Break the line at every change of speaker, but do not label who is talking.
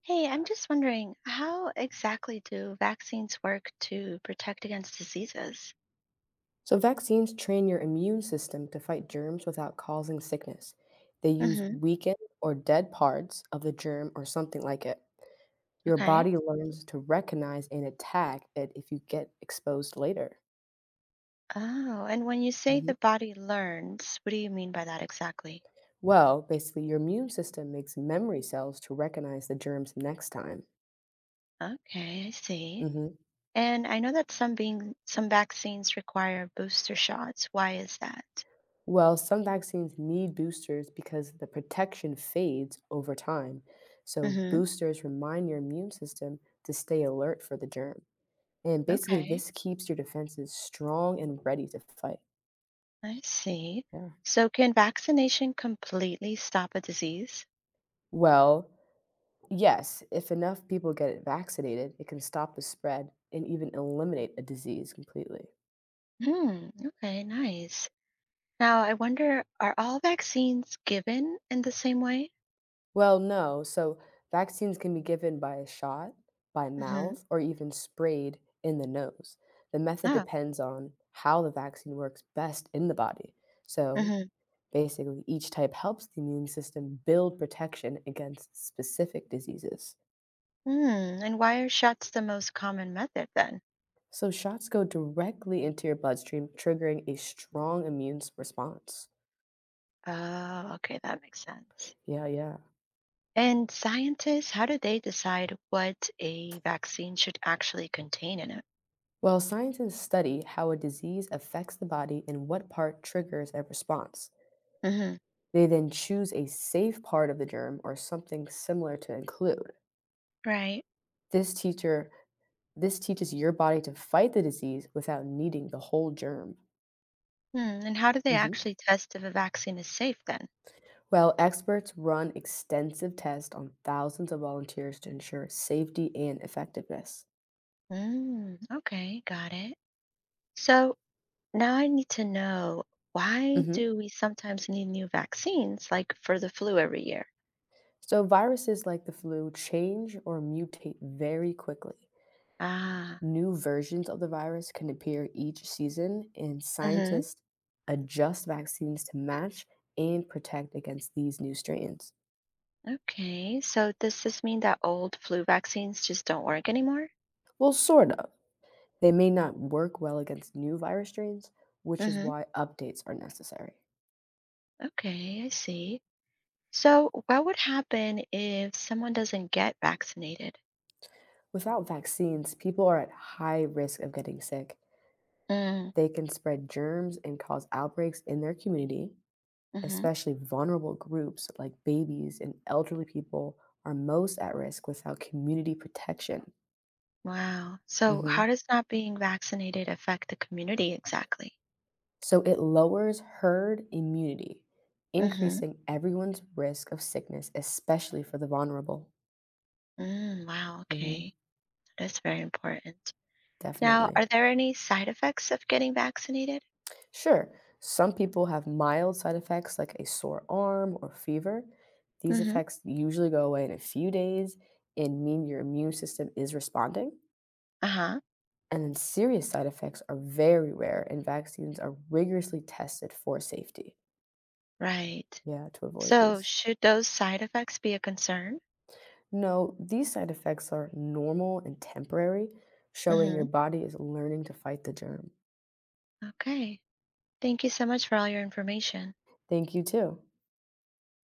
Hey, I'm just wondering, how exactly do vaccines work to protect against diseases?
So, vaccines train your immune system to fight germs without causing sickness. They use
Hmm.
weakened or dead parts of the germ or something like it. Your
Okay.
body learns to recognize and attack it if you get exposed later.
Oh, and when you say
Mhm.
the body learns, what do you mean by that exactly?
Well, basically, your immune system makes memory cells to recognize the germs next time.
Okay, I see.
Mhm.
And I know that some vaccines require booster shots. Why is that?
Well, some vaccines need boosters because the protection fades over time. So,
Hmm.
boosters remind your immune system to stay alert for the germ. And basically,
Okay,
this keeps your defenses strong and ready to fight.
I see.
Yeah.
So can vaccination completely stop a disease?
Well, yes, if enough people get vaccinated, it can stop the spread and even eliminate a disease completely.
Hmm, okay, nice. Now, I wonder, are all vaccines given in the same way?
Well, no. So, vaccines can be given by a shot, by
Mm-hmm.
mouth, or even sprayed in the nose. The method
Oh,
depends on how the vaccine works best in the body. So,
mm-hmm.
basically, each type helps the immune system build protection against specific diseases.
Mm. And why are shots the most common method then?
So shots go directly into your bloodstream, triggering a strong response.
Oh, okay, that makes sense.
Yeah, yeah.
And scientists, how do they decide what a vaccine should actually contain in it?
Well, scientists study how a disease affects the body and what part triggers a response.
Hmm.
They then choose a safe part of the germ or something similar to include.
Right.
This teacher this teaches your body to fight the disease without needing the whole germ.
Mm. And how do they
Mhm.
actually test if a vaccine is safe then?
Well, experts run extensive tests on thousands of volunteers to ensure safety and effectiveness.
Mm. Okay, got it. So now I need to know, why
Mhm.
do we sometimes need new vaccines, like for the flu every year?
So, viruses like the flu change or mutate very quickly.
Ah,
New versions of the virus can appear each season, and
hmm,
scientists adjust vaccines to match and protect against these new strains.
okay. So does this mean that old flu vaccines just don't work anymore?
Well, sort of. They may not work well against new virus strains, which is
Hmm.
why updates are necessary.
Okay, I see. So what would happen if someone doesn't get vaccinated?
Without vaccines, people are at high risk of getting sick. They can spread germs and cause outbreaks in their community.
Mm-hmm.
Especially vulnerable groups like babies and elderly people are most at risk without community protection.
Wow. So
Hmm.
how does not being vaccinated affect the community exactly?
So it lowers herd immunity,
Mm-hmm.
increasing everyone's risk of sickness, especially for the vulnerable.
Mm, wow,
Hmm.
okay. That's very important. Now,
Definitely.
are there any side effects of getting vaccinated?
Sure, some people have mild side effects like a sore arm or fever. These
Mm-hmm.
effects usually go away in a few days and mean your immune system is responding.
Uh-huh.
And then serious side effects are very rare, and vaccines are rigorously tested for safety.
Right.
Yeah, to avoid
So
these.
should those side effects be a concern?
No, these side effects are normal and temporary, showing your
Mm-hmm.
body is learning to fight the germ.
Okay. Thank you so much for all your information.
Thank you, too.